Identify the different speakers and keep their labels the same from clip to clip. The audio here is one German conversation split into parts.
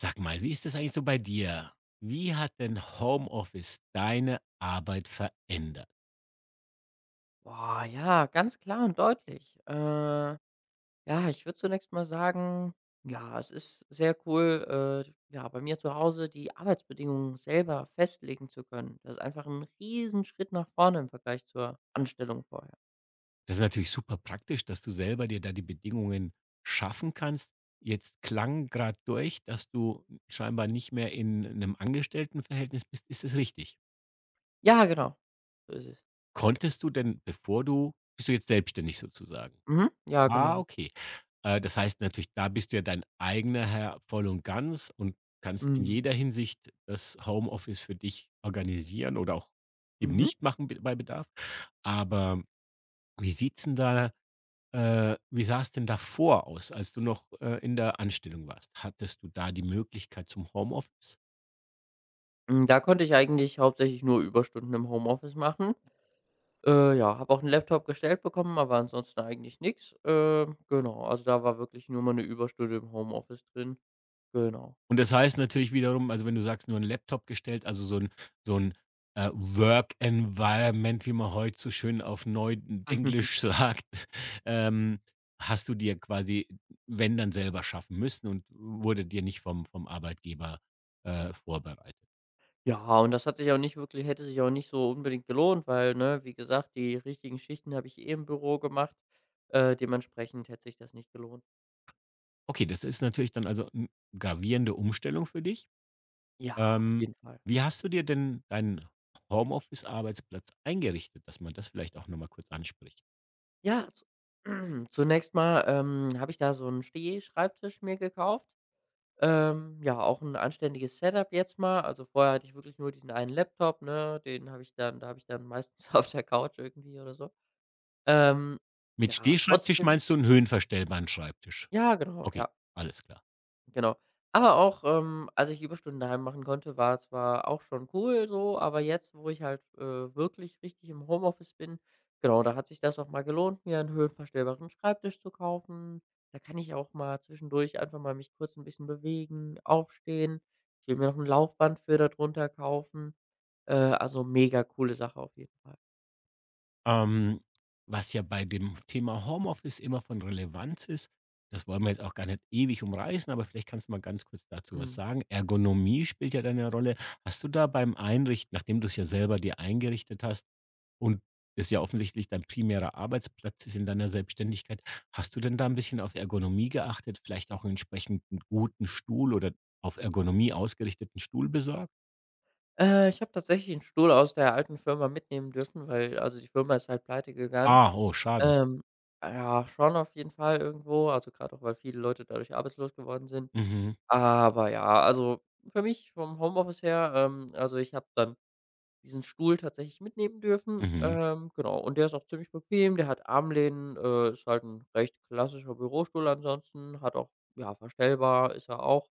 Speaker 1: Sag mal, wie ist das eigentlich so bei dir? Wie hat denn Homeoffice deine Arbeit verändert?
Speaker 2: Boah, ja, ganz klar und deutlich. Ja, ich würde zunächst mal sagen, ja, es ist sehr cool, ja, bei mir zu Hause die Arbeitsbedingungen selber festlegen zu können. Das ist einfach ein Riesenschritt nach vorne im Vergleich zur Anstellung vorher.
Speaker 1: Das ist natürlich super praktisch, dass du selber dir da die Bedingungen schaffen kannst. Jetzt klang gerade durch, dass du scheinbar nicht mehr in einem Angestelltenverhältnis bist. Ist das richtig?
Speaker 2: Ja, genau. So ist es.
Speaker 1: Konntest du denn, bist du jetzt selbstständig sozusagen?
Speaker 2: Mhm. Ja,
Speaker 1: Ah,
Speaker 2: genau.
Speaker 1: okay. Das heißt natürlich, da bist du ja dein eigener Herr voll und ganz und kannst in
Speaker 2: Mhm.
Speaker 1: jeder Hinsicht das Homeoffice für dich organisieren oder auch eben
Speaker 2: Mhm.
Speaker 1: nicht machen be bei Bedarf. Aber wie sieht's denn da wie sah es denn davor aus, als du noch, in der Anstellung warst? Hattest du da die Möglichkeit zum Homeoffice?
Speaker 2: Da konnte ich eigentlich hauptsächlich nur Überstunden im Homeoffice machen. Ja, habe auch einen Laptop gestellt bekommen, aber ansonsten eigentlich nix. Genau, also da war wirklich nur mal eine Überstunde im Homeoffice drin. Genau.
Speaker 1: Und das heißt natürlich wiederum, also, wenn du sagst, nur ein Laptop gestellt, also, so ein Work Environment, wie man heute so schön auf Neudenglisch sagt, ähm, hast du dir quasi, wenn, dann selber schaffen müssen und wurde dir nicht vom Arbeitgeber, vorbereitet.
Speaker 2: Ja, und das hat sich auch nicht wirklich Hätte sich auch nicht so unbedingt gelohnt, weil, ne, wie gesagt, die richtigen Schichten habe ich eh im Büro gemacht. Dementsprechend hätte sich das nicht gelohnt.
Speaker 1: Okay, das ist natürlich dann also 'n gravierende Umstellung für dich.
Speaker 2: Ja, auf
Speaker 1: Ähm,
Speaker 2: jeden Fall.
Speaker 1: Wie hast du dir denn deinen Homeoffice-Arbeitsplatz eingerichtet, dass man das vielleicht auch noch mal kurz anspricht?
Speaker 2: Ja, z Zunächst mal, habe ich da so einen Stehschreibtisch mir gekauft. Ja, auch ein anständiges Setup jetzt mal. Also, vorher hatte ich wirklich nur diesen einen Laptop, ne? Den habe ich dann da habe ich dann meistens auf der Couch irgendwie oder so. Ähm,
Speaker 1: Mit
Speaker 2: ja,
Speaker 1: Stehschreibtisch
Speaker 2: trotzdem,
Speaker 1: meinst du 'n höhenverstellbaren Schreibtisch?
Speaker 2: ja, genau,
Speaker 1: Okay,
Speaker 2: ja.
Speaker 1: alles klar.
Speaker 2: Genau. Aber auch, als ich die Überstunden daheim machen konnte, war zwar auch schon cool so, aber jetzt, wo ich halt, wirklich richtig im Homeoffice bin, genau, da hat sich das auch mal gelohnt, mir einen höhenverstellbaren Schreibtisch zu kaufen. Da kann ich auch mal zwischendurch einfach mal mich kurz ein bisschen bewegen, aufstehen. Ich will mir noch ein Laufband für da drunter kaufen. Also mega coole Sache auf jeden Fall.
Speaker 1: Ähm, Was ja bei dem Thema Homeoffice immer von Relevanz ist, das wollen wir jetzt auch gar nicht ewig umreißen, aber vielleicht kannst du mal ganz kurz dazu was
Speaker 2: Mhm.
Speaker 1: sagen. Ergonomie spielt ja da 'ne Rolle. Hast du da beim Einrichten, nachdem du's ja selber dir eingerichtet hast und es ja offensichtlich dein primärer Arbeitsplatz ist in deiner Selbstständigkeit, hast du denn da 'n bisschen auf Ergonomie geachtet, vielleicht auch 'n entsprechend guten Stuhl oder auf Ergonomie ausgerichteten Stuhl besorgt?
Speaker 2: Ich habe tatsächlich einen Stuhl aus der alten Firma mitnehmen dürfen, weil also die Firma ist halt pleite gegangen.
Speaker 1: Ah, oh, schade.
Speaker 2: Ähm, ja, schon auf jeden Fall irgendwo, also gerade auch, weil viele Leute dadurch arbeitslos geworden sind.
Speaker 1: Mhm,
Speaker 2: Aber ja, also für mich vom Homeoffice her, also ich habe dann diesen Stuhl tatsächlich mitnehmen dürfen,
Speaker 1: mhm,
Speaker 2: genau, und der ist auch ziemlich bequem, der hat Armlehnen, ist halt ein recht klassischer Bürostuhl ansonsten, hat auch ja, verstellbar ist er auch.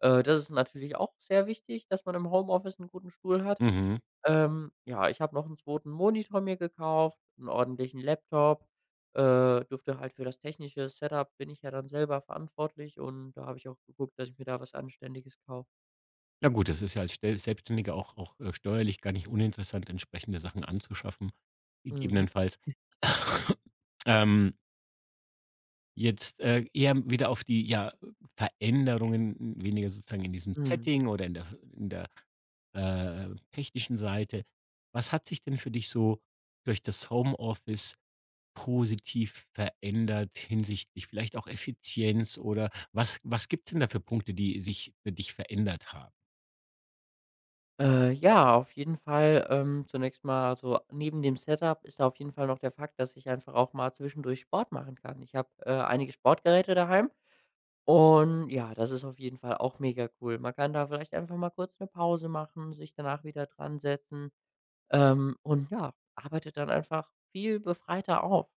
Speaker 2: Das ist natürlich auch sehr wichtig, dass man im Homeoffice einen guten Stuhl hat.
Speaker 1: mhm.
Speaker 2: Ja, ich habe noch einen zweiten Monitor mir gekauft, einen ordentlichen Laptop, durfte halt Für das technische Setup bin ich ja dann selber verantwortlich und da habe ich auch geguckt, dass ich mir da was Anständiges kaufe.
Speaker 1: Ja gut, das ist ja als stell Selbstständiger auch, steuerlich gar nicht uninteressant, entsprechende Sachen anzuschaffen,
Speaker 2: Mhm.
Speaker 1: gegebenenfalls. Ähm, Jetzt, eher wieder auf die, ja, Veränderungen weniger sozusagen in diesem
Speaker 2: Mhm.
Speaker 1: Setting oder in der in der, technischen Seite. Was hat sich denn für dich so durch das Homeoffice positiv verändert hinsichtlich vielleicht auch Effizienz oder was gibt's denn da für Punkte, die sich für dich verändert haben?
Speaker 2: Ja, auf jeden Fall, zunächst mal, also neben dem Setup ist da auf jeden Fall noch der Fakt, dass ich einfach auch mal zwischendurch Sport machen kann. Ich habe, einige Sportgeräte daheim und ja, das ist auf jeden Fall auch mega cool. Man kann da vielleicht einfach mal kurz eine Pause machen, sich danach wieder dran setzen. Und ja, arbeite dann einfach viel befreiter auf.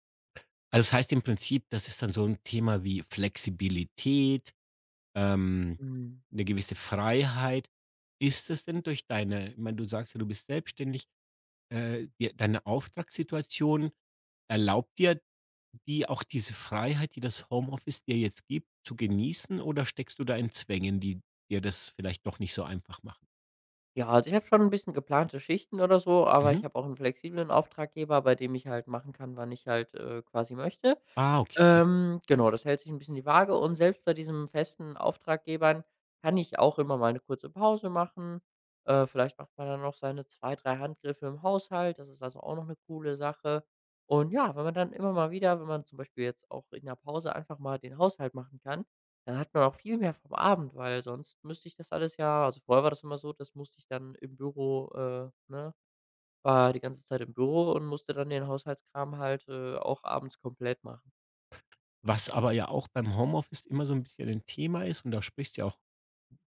Speaker 1: Also, das heißt im Prinzip, das ist dann so ein Thema wie Flexibilität, ähm,
Speaker 2: Mhm.
Speaker 1: 'ne gewisse Freiheit. Ist es denn durch deine ich meine, du sagst ja, du bist selbstständig, dir deine Auftragssituation erlaubt dir die auch diese Freiheit, die das Homeoffice dir jetzt gibt, zu genießen oder steckst du da in Zwängen, die dir das vielleicht doch nicht so einfach machen?
Speaker 2: Ja, also ich habe schon ein bisschen geplante Schichten oder so, aber ich
Speaker 1: Mhm.
Speaker 2: habe auch einen flexiblen Auftraggeber, bei dem ich halt machen kann, wann ich halt, quasi möchte.
Speaker 1: Ah, okay.
Speaker 2: Genau, das hält sich ein bisschen die Waage und selbst bei diesen festen Auftraggebern kann ich auch immer mal eine kurze Pause machen. Vielleicht macht man dann noch seine 2, 3 Handgriffe im Haushalt. Das ist also auch noch eine coole Sache. Und ja, wenn man dann immer mal wieder wenn man zum Beispiel jetzt auch in der Pause einfach mal den Haushalt machen kann, dann hat man auch viel mehr vom Abend, weil sonst müsste ich das alles ja, also vorher war das immer so, das musste ich dann im Büro ne, war die ganze Zeit im Büro und musste dann den Haushaltskram halt, auch abends komplett machen.
Speaker 1: Was aber ja auch beim Homeoffice immer so 'n bisschen ein Thema ist und da sprichst du ja auch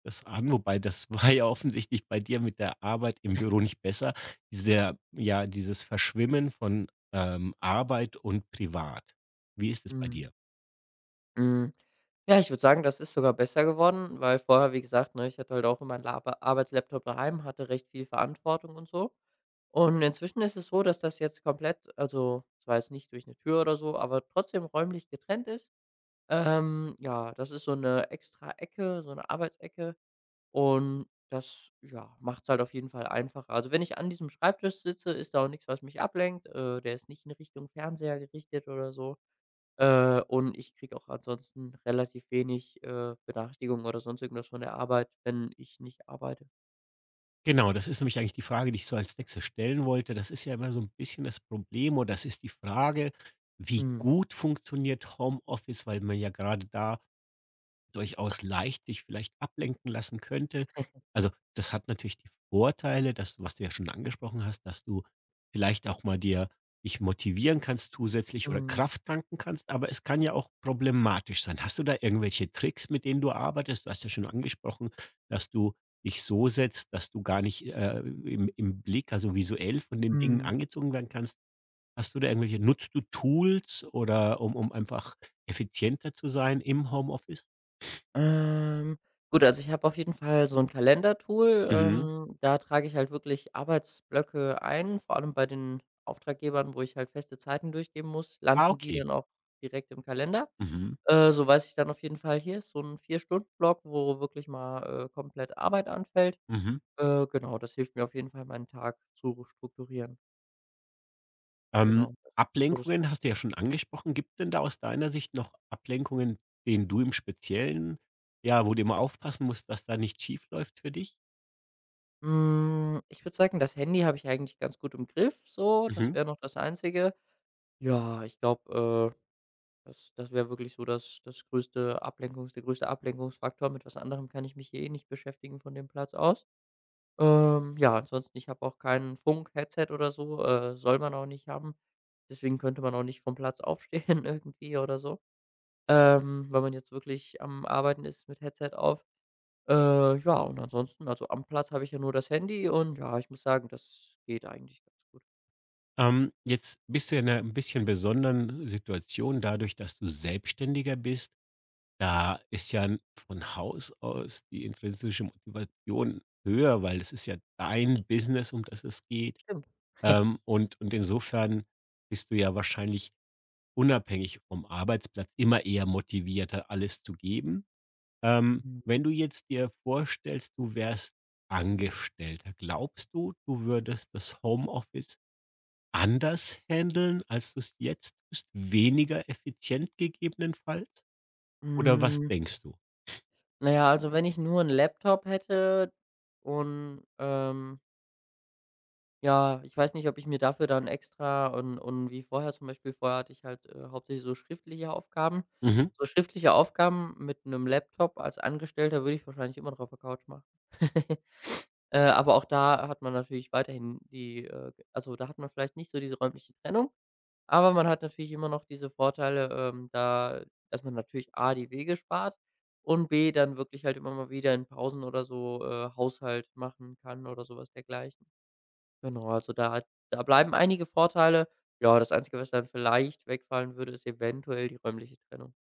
Speaker 1: das an, wobei das war ja offensichtlich bei dir mit der Arbeit im Büro nicht besser. Dieser ja, dieses Verschwimmen von, Arbeit und Privat. Wie ist es bei
Speaker 2: Mhm.
Speaker 1: dir?
Speaker 2: Hm, ja, ich würde sagen, das ist sogar besser geworden, weil vorher, wie gesagt, ne, ich hatte halt auch immer einen Laba Arbeitslaptop daheim, hatte recht viel Verantwortung und so. Und inzwischen ist es so, dass das jetzt komplett, also zwar jetzt nicht durch eine Tür oder so, aber trotzdem räumlich getrennt ist. Ja, das ist so eine extra Ecke, so 'ne Arbeitsecke und das, ja, macht's halt auf jeden Fall einfacher. Also, wenn ich an diesem Schreibtisch sitze, ist da auch nichts, was mich ablenkt. Der ist nicht in Richtung Fernseher gerichtet oder so. Und ich kriege auch ansonsten relativ wenig, Benachrichtigungen oder sonst irgendwas von der Arbeit, wenn ich nicht arbeite.
Speaker 1: Genau, das ist nämlich eigentlich die Frage, die ich so als Nächstes stellen wollte. Das ist ja immer so 'n bisschen das Problem oder das ist die Frage, wie
Speaker 2: Mhm.
Speaker 1: gut funktioniert Homeoffice, weil man ja gerade da durchaus leicht sich vielleicht ablenken lassen könnte. Also, das hat natürlich die Vorteile, dass du was du ja schon angesprochen hast, dass du vielleicht auch mal dir dich motivieren kannst zusätzlich oder
Speaker 2: Mhm.
Speaker 1: Kraft tanken kannst, aber es kann ja auch problematisch sein. Hast du da irgendwelche Tricks, mit denen du arbeitest? Du hast ja schon angesprochen, dass du dich so setzt, dass du gar nicht im Blick, also visuell von den Dingen
Speaker 2: Mhm.
Speaker 1: angezogen werden kannst. Hast du da irgendwelche, nutzt du Tools oder um einfach effizienter zu sein im Homeoffice?
Speaker 2: Ähm. Gut, also ich habe auf jeden Fall so ein Kalendertool,
Speaker 1: Mhm.
Speaker 2: da trage ich halt wirklich Arbeitsblöcke ein, vor allem bei den Auftraggebern, wo ich halt feste Zeiten durchgeben muss,
Speaker 1: Ah,
Speaker 2: landen die
Speaker 1: okay.
Speaker 2: dann auch direkt im Kalender.
Speaker 1: Mhm,
Speaker 2: So weiß ich dann auf jeden Fall, hier ist so 'n 4 Stunden Block, wo wirklich mal, komplett Arbeit anfällt.
Speaker 1: mhm.
Speaker 2: Genau, das hilft mir auf jeden Fall, meinen Tag zu strukturieren.
Speaker 1: Ähm,
Speaker 2: Genau, das ist so das Haupt.
Speaker 1: Ablenkungen hast du ja schon angesprochen. Gibt denn da aus deiner Sicht noch Ablenkungen, denen du im Speziellen ja, wo du immer aufpassen musst, dass da nichts schief läuft für dich?
Speaker 2: Ich würde sagen, das Handy habe ich eigentlich ganz gut im Griff so, das
Speaker 1: Mhm.
Speaker 2: wäre noch das Einzige. Ja, ich glaube, das wäre wirklich so das größte Ablenkungs der größte Ablenkungsfaktor. Mit was anderem kann ich mich hier eh nicht beschäftigen von dem Platz aus. Ja, ansonsten, ich habe auch kein Funk-Headset oder so, soll man auch nicht haben. Deswegen könnte man auch nicht vom Platz aufstehen irgendwie oder so. Wenn man jetzt wirklich am Arbeiten ist mit Headset auf. Ja, und ansonsten, also am Platz habe ich ja nur das Handy und ja, ich muss sagen, das geht eigentlich ganz gut.
Speaker 1: Jetzt bist du ja in einer ein bisschen besonderen Situation dadurch, dass du Selbstständiger bist. Da ist ja 'n von Haus aus die intrinsische Motivation höher, weil es ist ja dein Business, um das es geht.
Speaker 2: Stimmt.
Speaker 1: Und insofern bist du ja wahrscheinlich unabhängig vom Arbeitsplatz immer eher motivierter, alles zu geben.
Speaker 2: Mhm.
Speaker 1: Wenn du jetzt dir vorstellst, du wärst Angestellter, glaubst du, du würdest das Homeoffice anders handeln, als du es jetzt tust? Weniger effizient gegebenenfalls? Oder was
Speaker 2: Hm,
Speaker 1: denkst du?
Speaker 2: na ja, also wenn ich nur 'n Laptop hätte und, ja, ich weiß nicht, ob ich mir dafür dann extra und wie vorher zum Beispiel vorher hatte ich halt, hauptsächlich so schriftliche Aufgaben.
Speaker 1: Mhm.
Speaker 2: So schriftliche Aufgaben mit einem Laptop als Angestellter würde ich wahrscheinlich immer noch auf der Couch machen. Aber auch da hat man natürlich weiterhin die, also, da hat man vielleicht nicht so diese räumliche Trennung, aber man hat natürlich immer noch diese Vorteile, da dass man natürlich A, die Wege spart und B, dann wirklich halt immer mal wieder in Pausen oder so, Haushalt machen kann oder sowas dergleichen. Genau, also da bleiben einige Vorteile. Ja, das Einzige, was dann vielleicht wegfallen würde, ist eventuell die räumliche Trennung.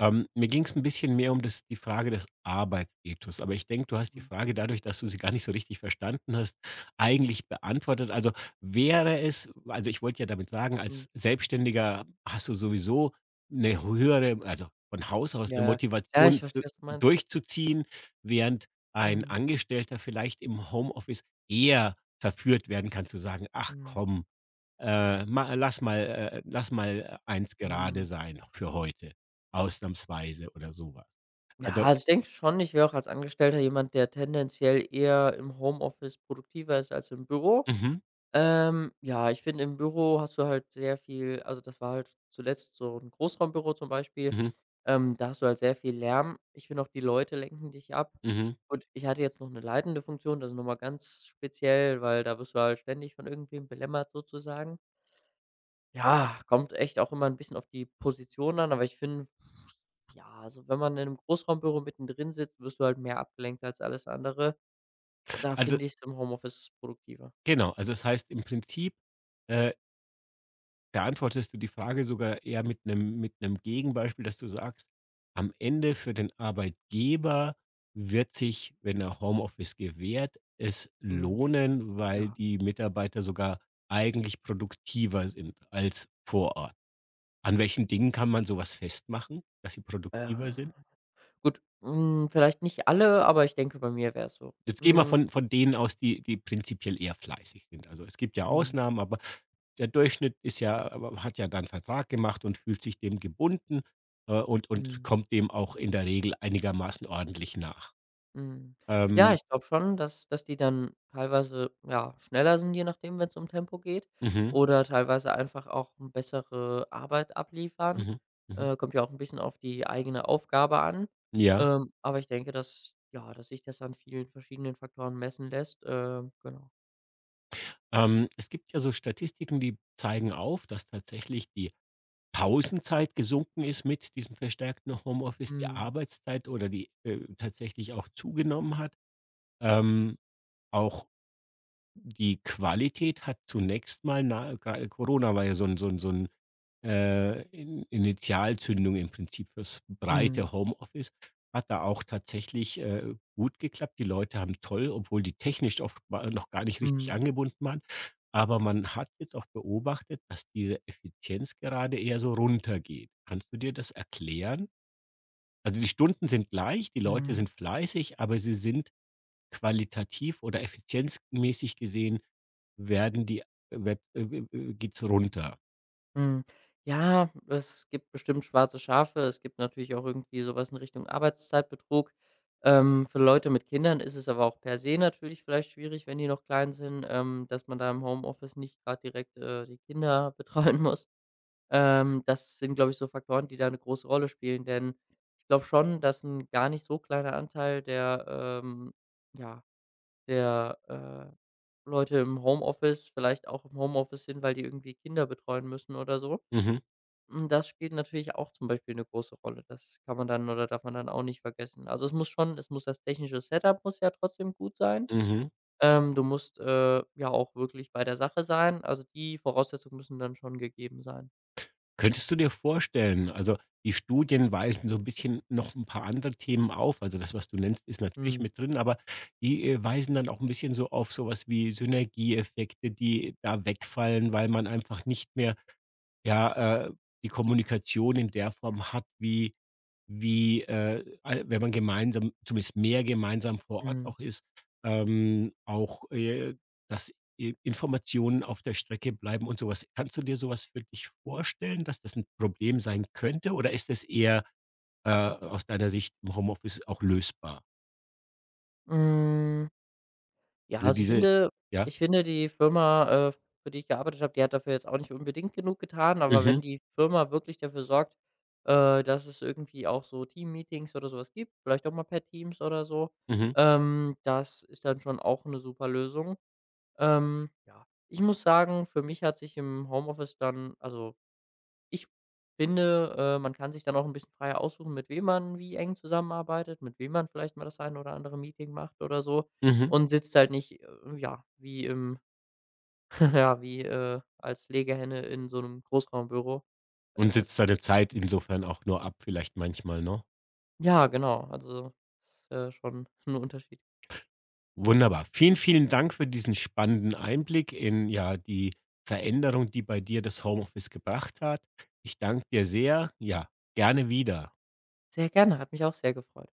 Speaker 1: Mir ging es ein bisschen mehr um das die Frage des Arbeitsethos, aber ich denke, du hast die
Speaker 2: Mhm,
Speaker 1: Frage dadurch, dass du sie gar nicht so richtig verstanden hast, eigentlich beantwortet. Also, wäre es also, ich wollte ja damit sagen,
Speaker 2: mhm.
Speaker 1: als Selbstständiger hast du sowieso eine höhere also, von Haus aus
Speaker 2: Ja,
Speaker 1: eine
Speaker 2: ja. Ja, ich
Speaker 1: Motivation, d
Speaker 2: verstehe, was du meinst.
Speaker 1: durchzuziehen, während ein
Speaker 2: Mhm,
Speaker 1: Angestellter vielleicht im Homeoffice eher verführt werden kann zu sagen: „Ach
Speaker 2: mhm,
Speaker 1: komm, ma lass mal eins
Speaker 2: mhm.
Speaker 1: gerade sein für heute, ausnahmsweise oder sowas.
Speaker 2: Ja,
Speaker 1: Also
Speaker 2: also ich denke schon, ich wäre auch als Angestellter jemand, der tendenziell eher im Homeoffice produktiver ist als im Büro.
Speaker 1: mhm,
Speaker 2: Ja, ich finde, im Büro hast du halt sehr viel, also das war halt zuletzt so ein Großraumbüro zum Beispiel,
Speaker 1: mhm,
Speaker 2: da hast du halt sehr viel Lärm. Ich finde auch, die Leute lenken dich ab.
Speaker 1: mhm.
Speaker 2: Und ich hatte jetzt noch eine leitende Funktion, das ist nochmal ganz speziell, weil da wirst du halt ständig von irgendwem belämmert sozusagen. Ja, kommt echt auch immer ein bisschen auf die Position an, aber ich finde, ja, also wenn man in einem Großraumbüro mittendrin sitzt, wirst du halt mehr abgelenkt als alles andere. Da
Speaker 1: Also,
Speaker 2: finde ich's im Homeoffice produktiver.
Speaker 1: genau, also das heißt im Prinzip, äh, beantwortest du die Frage sogar eher mit einem Gegenbeispiel, dass du sagst: „Am Ende für den Arbeitgeber wird sich, wenn er Homeoffice gewährt, es
Speaker 2: Mhm,
Speaker 1: lohnen, weil
Speaker 2: ja.
Speaker 1: die Mitarbeiter sogar eigentlich produktiver sind als vor Ort.“ An welchen Dingen kann man sowas festmachen, dass sie
Speaker 2: Äh
Speaker 1: produktiver sind?
Speaker 2: Gut, vielleicht nicht alle, aber ich denke, bei mir wäre es so.
Speaker 1: Jetzt gehen wir
Speaker 2: Mhm,
Speaker 1: von denen aus, die prinzipiell eher fleißig sind. Also, es gibt ja
Speaker 2: mhm,
Speaker 1: Ausnahmen, aber der Durchschnitt ist ja aber hat ja dann Vertrag gemacht und fühlt sich dem gebunden, und
Speaker 2: mhm,
Speaker 1: kommt dem auch in der Regel einigermaßen ordentlich nach.
Speaker 2: mhm. Ja,
Speaker 1: Ähm,
Speaker 2: ich glaube schon, dass die dann teilweise, ja, schneller sind, je nachdem, wenn es um Tempo geht
Speaker 1: mhm,
Speaker 2: oder teilweise einfach auch 'n bessere Arbeit abliefern.
Speaker 1: mhm, mhm.
Speaker 2: Kommt ja auch ein bisschen auf die eigene Aufgabe an.
Speaker 1: Ja,
Speaker 2: Aber ich denke, dass ja, dass sich das an vielen verschiedenen Faktoren messen lässt. Genau.
Speaker 1: es gibt ja so Statistiken, die zeigen auf, dass tatsächlich die Pausenzeit gesunken ist mit diesem verstärkten Homeoffice, die
Speaker 2: Mhm.
Speaker 1: Arbeitszeit oder die, tatsächlich auch zugenommen hat. Ähm, auch die Qualität hat zunächst mal na gra Corona war ja so 'n, In Initialzündung im Prinzip fürs
Speaker 2: Mhm.
Speaker 1: breite Homeoffice. Hat da auch tatsächlich, gut geklappt. Die Leute haben toll obwohl die technisch oft mal noch gar nicht richtig
Speaker 2: Mhm.
Speaker 1: angebunden waren. Aber man hat jetzt auch beobachtet, dass diese Effizienz gerade eher so runtergeht. Kannst du dir das erklären? Also, die Stunden sind gleich, die Leute
Speaker 2: Mhm.
Speaker 1: sind fleißig, aber sie sind qualitativ oder effizienzmäßig gesehen werden die Web w geht's runter.
Speaker 2: Hm, ja, es gibt bestimmt schwarze Schafe. Es gibt natürlich auch irgendwie sowas in Richtung Arbeitszeitbetrug. Für Leute mit Kindern ist es aber auch per se natürlich vielleicht schwierig, wenn die noch klein sind, dass man da im Homeoffice nicht gerade direkt, die Kinder betreuen muss. Das sind, glaube ich, so Faktoren, die da eine große Rolle spielen, denn ich glaube schon, dass ein gar nicht so kleiner Anteil der, ja, der, Leute im Homeoffice vielleicht auch im Homeoffice sind, weil die irgendwie Kinder betreuen müssen oder so.
Speaker 1: Mhm,
Speaker 2: Das spielt natürlich auch zum Beispiel eine große Rolle. Das kann man dann oder darf man dann auch nicht vergessen. Also, es muss schon es muss das technische Setup muss ja trotzdem gut sein.
Speaker 1: mhm.
Speaker 2: Du musst, ja auch wirklich bei der Sache sein. Also, die Voraussetzungen müssen dann schon gegeben sein.
Speaker 1: Könntest du dir vorstellen also, die Studien weisen so 'n bisschen noch 'n paar andere Themen auf. Also, das, was du nennst, ist natürlich
Speaker 2: Mhm.
Speaker 1: mit drin, aber die, weisen dann auch 'n bisschen so auf so was wie Synergieeffekte, die da wegfallen, weil man einfach nicht mehr Ja, die Kommunikation in der Form hat, wie, al wenn man gemeinsam zumindest mehr gemeinsam vor Ort
Speaker 2: Mhm.
Speaker 1: auch ist, auch, dass I Informationen auf der Strecke bleiben und sowas. Kannst du dir sowas für dich vorstellen, dass das ein Problem sein könnte oder ist das eher, aus deiner Sicht im Homeoffice auch lösbar?
Speaker 2: Hm. Mm, Ja,
Speaker 1: Also,
Speaker 2: also ich
Speaker 1: diese
Speaker 2: finde,
Speaker 1: ja?
Speaker 2: ich finde, die Firma, für die ich gearbeitet habe, die hat dafür jetzt auch nicht unbedingt genug getan, aber wenn
Speaker 1: Mhm,
Speaker 2: die Firma wirklich dafür sorgt, dass es irgendwie auch so Team-Meetings oder sowas gibt, vielleicht auch mal per Teams oder so,
Speaker 1: mhm,
Speaker 2: das ist dann schon auch eine super Lösung. Ja, ich muss sagen, für mich hat sich im Homeoffice dann also ich finde, man kann sich dann auch ein bisschen freier aussuchen, mit wem man wie eng zusammenarbeitet, mit wem man vielleicht mal das ein oder andere Meeting macht oder so
Speaker 1: mhm.
Speaker 2: und sitzt halt nicht, ja, wie im ja, wie, als Legehenne in so einem Großraumbüro.
Speaker 1: Und sitzt
Speaker 2: Das
Speaker 1: deine
Speaker 2: ist sch
Speaker 1: Zeit insofern auch nur ab vielleicht manchmal, ne?
Speaker 2: ja, genau, also ist, schon ein Unterschied.
Speaker 1: Wunderbar. Vielen, vielen Dank für diesen spannenden Einblick in ja die Veränderung, die bei dir das Homeoffice gebracht hat. Ich danke dir sehr. Ja, gerne wieder.
Speaker 2: Sehr gerne, hat mich auch sehr gefreut.